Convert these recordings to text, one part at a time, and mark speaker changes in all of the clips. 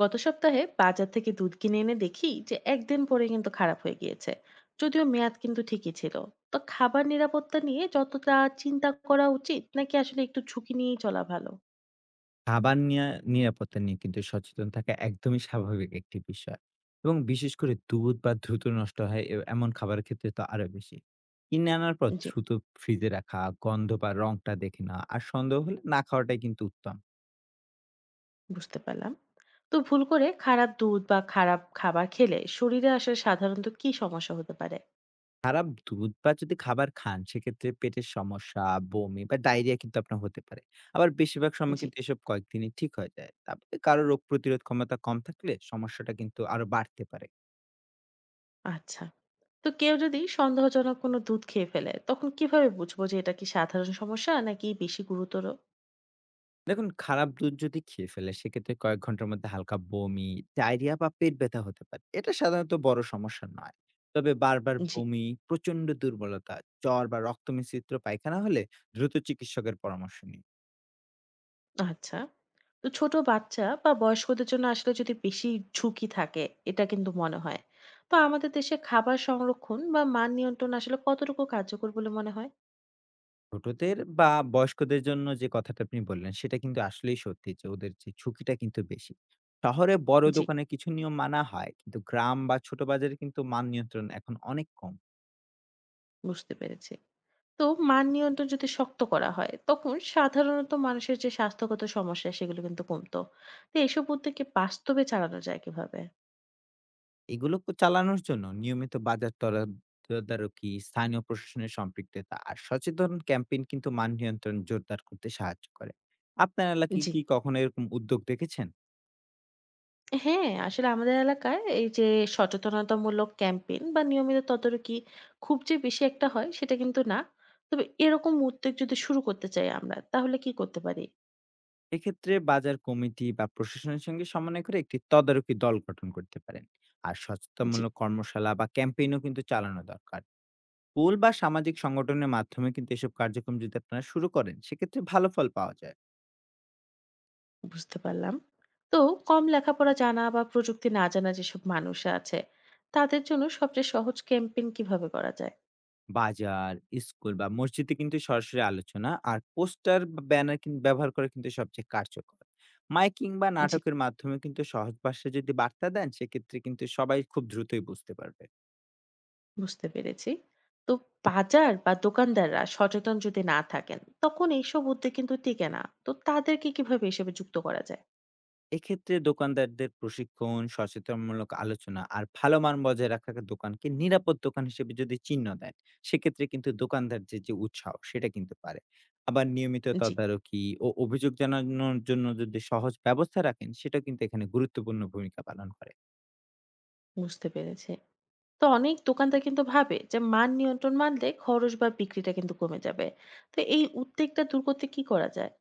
Speaker 1: গত সপ্তাহে বাজার থেকে দুধ কিনে এনে দেখি যে একদিন পরে কিন্তু খারাপ হয়ে গিয়েছে, যদিও মেয়াদ কিন্তু ঠিকই ছিল। তো খাবার নিরাপত্তা নিয়ে যতটা চিন্তা করা উচিত, নাকি আসলে একটু ঝুঁকি নিয়েই চলা ভালো?
Speaker 2: খাবার নিয়া নিরাপত্তা নিয়ে কিন্তু সচেতন থাকা একদমই স্বাভাবিক একটি বিষয়। এবং বিশেষ করে দুধ বা দ্রুত নষ্ট হয় এ এমন খাবারের ক্ষেত্রে তো আরো বেশি। কিনে আনার পর
Speaker 1: জি,
Speaker 2: দ্রুত ফ্রিজে রাখা, গন্ধ বা রংটা দেখে নেওয়া আর সন্দেহ হলে না খাওয়াটাই কিন্তু উত্তম।
Speaker 1: বুঝতে পারলাম। তো ভুল করে খারাপ দুধ বা খারাপ খাবার খেলে শরীরে আসলে সাধারণত কি সমস্যা হতে পারে?
Speaker 2: খারাপ দুধ বা যদি খাবার খান, সেক্ষেত্রে পেটের সমস্যা, বমি বা ডায়রিয়া কিন্তু আপনার হতে পারে। আবার বেশিরভাগ সময়
Speaker 1: জি,
Speaker 2: কিন্তু এসব কয়েকদিনই ঠিক হয়ে যায়। তারপরে কারো রোগ প্রতিরোধ ক্ষমতা কম থাকলে সমস্যাটা কিন্তু আরো বাড়তে পারে।
Speaker 1: আচ্ছা। তো কেউ যদি সন্দেহজনক কোনো দুধ খেয়ে ফেলে, তখন কিভাবে বুঝবো যে এটা কি সাধারণ সমস্যা নাকি বেশি গুরুতর?
Speaker 2: দেখুন, খারাপ দুধ যদি খেয়ে ফেলে সেক্ষেত্রে কয়েক ঘন্টার মধ্যে হালকা বমি, ডায়রিয়া বা পেট ব্যথা হতে পারে। এটা সাধারণত বড় সমস্যা নয়। তবে বারবার
Speaker 1: জি,
Speaker 2: বমি, প্রচন্ড দুর্বলতা, জ্বর বা রক্ত মিশ্রিত পায়খানা হলে দ্রুত চিকিৎসকের পরামর্শ নিন।
Speaker 1: আচ্ছা। তো ছোট বাচ্চা বা বয়স্কদের জন্য আসলে যদি বেশি ঝুঁকি থাকে, এটা কিন্তু মনে হয়। তো আমাদের দেশে খাবার সংরক্ষণ বা মান নিয়ন্ত্রণ আসলে কতটুকু কার্যকর বলে মনে হয়?
Speaker 2: ছোটদের বা বয়স্কদের জন্য যে কথাটা আপনি বললেন, সেটা কিন্তু আসলেই সত্যি যে ওদের যে ঝুঁকিটা কিন্তু বেশি। শহরে বড়
Speaker 1: জি,
Speaker 2: দোকানে কিছু নিয়ম মানা হয়, কিন্তু গ্রাম বা ছোট বাজারে কিন্তু মান নিয়ন্ত্রণ এখন অনেক কম।
Speaker 1: বুঝতে পেরেছি। তো মান নিয়ন্ত্রণ যদি শক্ত করা হয়, তখন সাধারণত মানুষের যে স্বাস্থ্যগত সমস্যা, সেগুলো কিন্তু কমতো। তো এসব উদ্যোগকে বাস্তবে চালানো যায় কিভাবে?
Speaker 2: এগুলো ক চালানোর জন্য নিয়মিত বাজার তরা তদারকি, স্থানীয় প্রশাসনের সম্পৃক্ততা আর সচেতন ক্যাম্পেইন কিন্তু মান নিয়ন্ত্রণ জোরদার করতে সাহায্য করে। আপনার এলাকায়
Speaker 1: জি।
Speaker 2: কি কখনো এরকম উদ্যোগ দেখেছেন?
Speaker 1: হ্যাঁ, আসলে আমাদের এলাকায় এই যে সচেতনতামূলক ক্যাম্পেইন বা নিয়মিত তদারকি খুব যে বেশি একটা হয় সেটা কিন্তু না। তবে এরকম উদ্যোগ যদি শুরু করতে চাই আমরা, তাহলে কি করতে পারি?
Speaker 2: এক্ষেত্রে বাজার কমিটি বা প্রশাসনের সঙ্গে সমন্বয় করে একটি তদারকি দল গঠন করতে পারেন। আর
Speaker 1: জি,
Speaker 2: সচেতনমূলক কর্মশালা বা ক্যাম্পেইনও কিন্তু চালানো দরকার। স্কুল বা সামাজিক সংগঠনের মাধ্যমে কিন্তু এসব কার্যক্রম যদি আপনারা শুরু করেন, সেক্ষেত্রে ভালো ফল পাওয়া যায়।
Speaker 1: বুঝতে পারলাম। তো কম লেখাপড়া জানা বা প্রযুক্তি না জানা যেসব মানুষ আছে, তাদের জন্য সবচেয়ে সহজ ক্যাম্পেইন কিভাবে করা যায়?
Speaker 2: বাজার, স্কুল বা মসজিদে কিন্তু সরাসরি আলোচনা আর পোস্টার বা ব্যানার কিন ব্যবহার করা কিন্তু সবচেয়ে কার্যকর। মাইকিং বা
Speaker 1: জি,
Speaker 2: নাটকের মাধ্যমে কিন্তু সহজ ভাষায় যদি বার্তা দেন, সেক্ষেত্রে কিন্তু সবাই খুব দ্রুতই বুঝতে পারবে।
Speaker 1: বুঝতে পেরেছি। তো বাজার বা দোকানদাররা সচেতন যদি না থাকেন, তখন এইসব উদ্যোগ কিন্তু টিকে না। তো তাদেরকে কিভাবে এসবে যুক্ত করা যায়?
Speaker 2: এক্ষেত্রে দোকানদারদের প্রশিক্ষণ, সচেতনমূলক আলোচনা আর ভালো মান বজায় রাখা দোকানকে নিরাপদ দোকান হিসেবে যদি চিহ্ন দেন, সেক্ষেত্রে কিন্তু দোকানদারদের যে উৎসাহ, সেটা কিন্তু পারে। আবার নিয়মিত
Speaker 1: জি।
Speaker 2: তদারকি ও অভিযোগ জানানোর জন্য যদি সহজ ব্যবস্থা রাখেন, সেটা কিন্তু এখানে গুরুত্বপূর্ণ ভূমিকা পালন করে।
Speaker 1: বুঝতে পেরেছি। তো অনেক দোকানদার কিন্তু ভাবে যে মান নিয়ন্ত্রণ মানলে খরচ বা বিক্রিটা কিন্তু কমে যাবে। তো এই উদ্বেগটা দূর করতে কি করা যায়?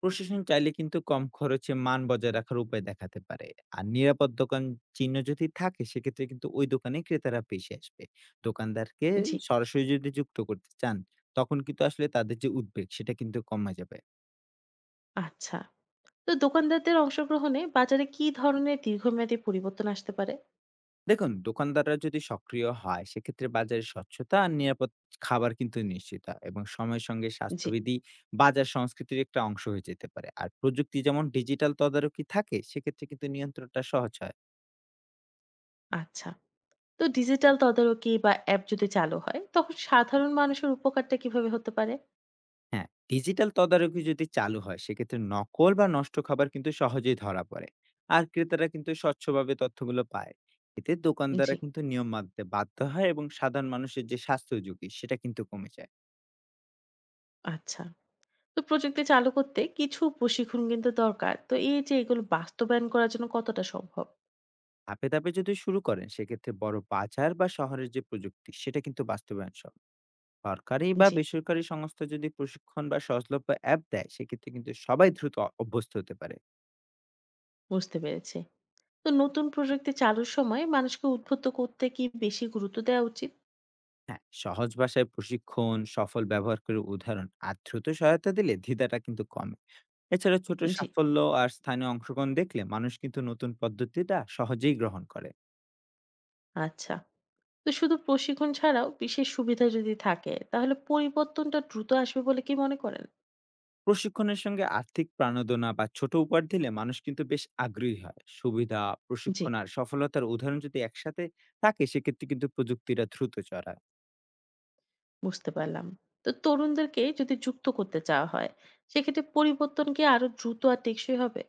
Speaker 2: প্রশাসন চাইলে কিন্তু কম খরচে মান বজায় রাখার উপায় দেখাতে পারে, আর নিরাপদ দোকান চিহ্ন যদি থাকে, সেক্ষেত্রে কিন্তু ওই দোকানে ক্রেতারা বেশি আসবে। দোকানদারকে
Speaker 1: জি,
Speaker 2: সরাসরি যদি যুক্ত করতে চান, তখন কিন্তু আসলে তাদের যে উদ্বেগ, সেটা কিন্তু কমা যাবে।
Speaker 1: আচ্ছা। তো দোকানদারদের অংশগ্রহণে বাজারে কি ধরনের দীর্ঘমেয়াদী পরিবর্তন আসতে পারে?
Speaker 2: দেখুন, দোকানদাররা যদি সক্রিয় হয়, সেক্ষেত্রে বাজারে স্বচ্ছতা আর নিরাপদ খাবার কিন্তু নিশ্চিত হয়, এবং সময়ের সঙ্গে
Speaker 1: জি,
Speaker 2: স্বাস্থ্যবিধি বাজার সংস্কৃতির একটা অংশ হয়ে যেতে পারে। আর প্রযুক্তি যেমন ডিজিটাল তদারকি থাকে, সেক্ষেত্রে কিন্তু নিয়ন্ত্রণটা সহজ হয়।
Speaker 1: আচ্ছা। তো ডিজিটাল তদারকি বা অ্যাপ যদি চালু হয়, তখন সাধারণ মানুষের উপকারটা কিভাবে হতে পারে?
Speaker 2: হ্যাঁ, ডিজিটাল তদারকি যদি চালু হয়, সেক্ষেত্রে নকল বা নষ্ট খাবার কিন্তু সহজেই ধরা পড়ে। আর ক্রেতারা কিন্তু স্বচ্ছভাবে তথ্যগুলো পায়। এতে দোকানদাররা
Speaker 1: জি,
Speaker 2: কিন্তু নিয়ম মানতে বাধ্য হয়, এবং সাধারণ মানুষের যে স্বাস্থ্য ঝুঁকি, সেটা কিন্তু কমে যায়।
Speaker 1: আচ্ছা। তো প্রযুক্তি চালু করতে কিছু প্রশিক্ষণ কিন্তু দরকার। তো এই যে এগুলো বাস্তবায়ন করার জন্য কতটা সম্ভব?
Speaker 2: ধাপে ধাপে যদি শুরু করেন, সেক্ষেত্রে বড় বাজার বা শহরের যে প্রযুক্তি, সেটা কিন্তু বাস্তবায়ন সব। সরকারি বা
Speaker 1: জি,
Speaker 2: বেসরকারি সংস্থা যদি প্রশিক্ষণ বা সহজলভ্য অ্যাপ দেয়, সেক্ষেত্রে কিন্তু সবাই দ্রুত অভ্যস্ত হতে পারে।
Speaker 1: বুঝতে পেরেছি। তো নতুন প্রযুক্তি চালুর সময় মানুষকে উদ্বুদ্ধ করতে কি বেশি গুরুত্ব দেওয়া উচিত?
Speaker 2: হ্যাঁ, সহজ ভাষায় প্রশিক্ষণ, সফল ব্যবহার করে উদাহরণ আর দ্রুত সহায়তা দিলে দ্বিধাটা কিন্তু কমে। এছাড়া ছোট
Speaker 1: জি,
Speaker 2: সাফল্য আর স্থানীয় অংশগ্রহণ দেখলে মানুষ কিন্তু নতুন পদ্ধতিটা সহজেই গ্রহণ করে।
Speaker 1: আচ্ছা। তো শুধু প্রশিক্ষণ ছাড়াও বিশেষ সুবিধা যদি থাকে, তাহলে পরিবর্তনটা দ্রুত আসবে বলে কি মনে করেন?
Speaker 2: প্রশিক্ষণের সঙ্গে আর্থিক প্রাণোদনা বা ছোট উপহার দিলে মানুষ কিন্তু বেশ আগ্রহী হয়। সুবিধা,
Speaker 1: জি,
Speaker 2: প্রশিক্ষণ আর সফলতার উদাহরণ যদি একসাথে থাকে, সেক্ষেত্রে কিন্তু প্রযুক্তিটা দ্রুত চড়ায়।
Speaker 1: বুঝতে পারলাম। তো তরুণদেরকে যদি যুক্ত করতে চাওয়া হয়, সেক্ষেত্রে পরিবর্তন কি আরো দ্রুত আর টেকসই হবে?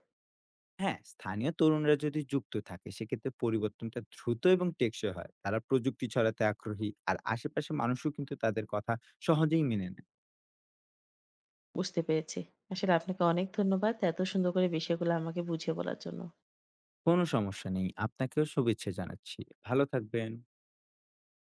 Speaker 2: হ্যাঁ, স্থানীয় তরুণরা যদি যুক্ত থাকে, সেক্ষেত্রে পরিবর্তনটা দ্রুত এবং টেকসই হয়। তারা প্রযুক্তি ছড়াতে আগ্রহী, আর আশেপাশের মানুষও কিন্তু তাদের কথা সহজেই মেনে নেয়।
Speaker 1: বুঝতে পেরেছি। আসলে আপনাকে অনেক ধন্যবাদ, এত সুন্দর করে বিষয়গুলো আমাকে বুঝিয়ে বলার জন্য।
Speaker 2: কোনো সমস্যা নেই। আপনাকেও শুভেচ্ছা জানাচ্ছি। ভালো থাকবেন।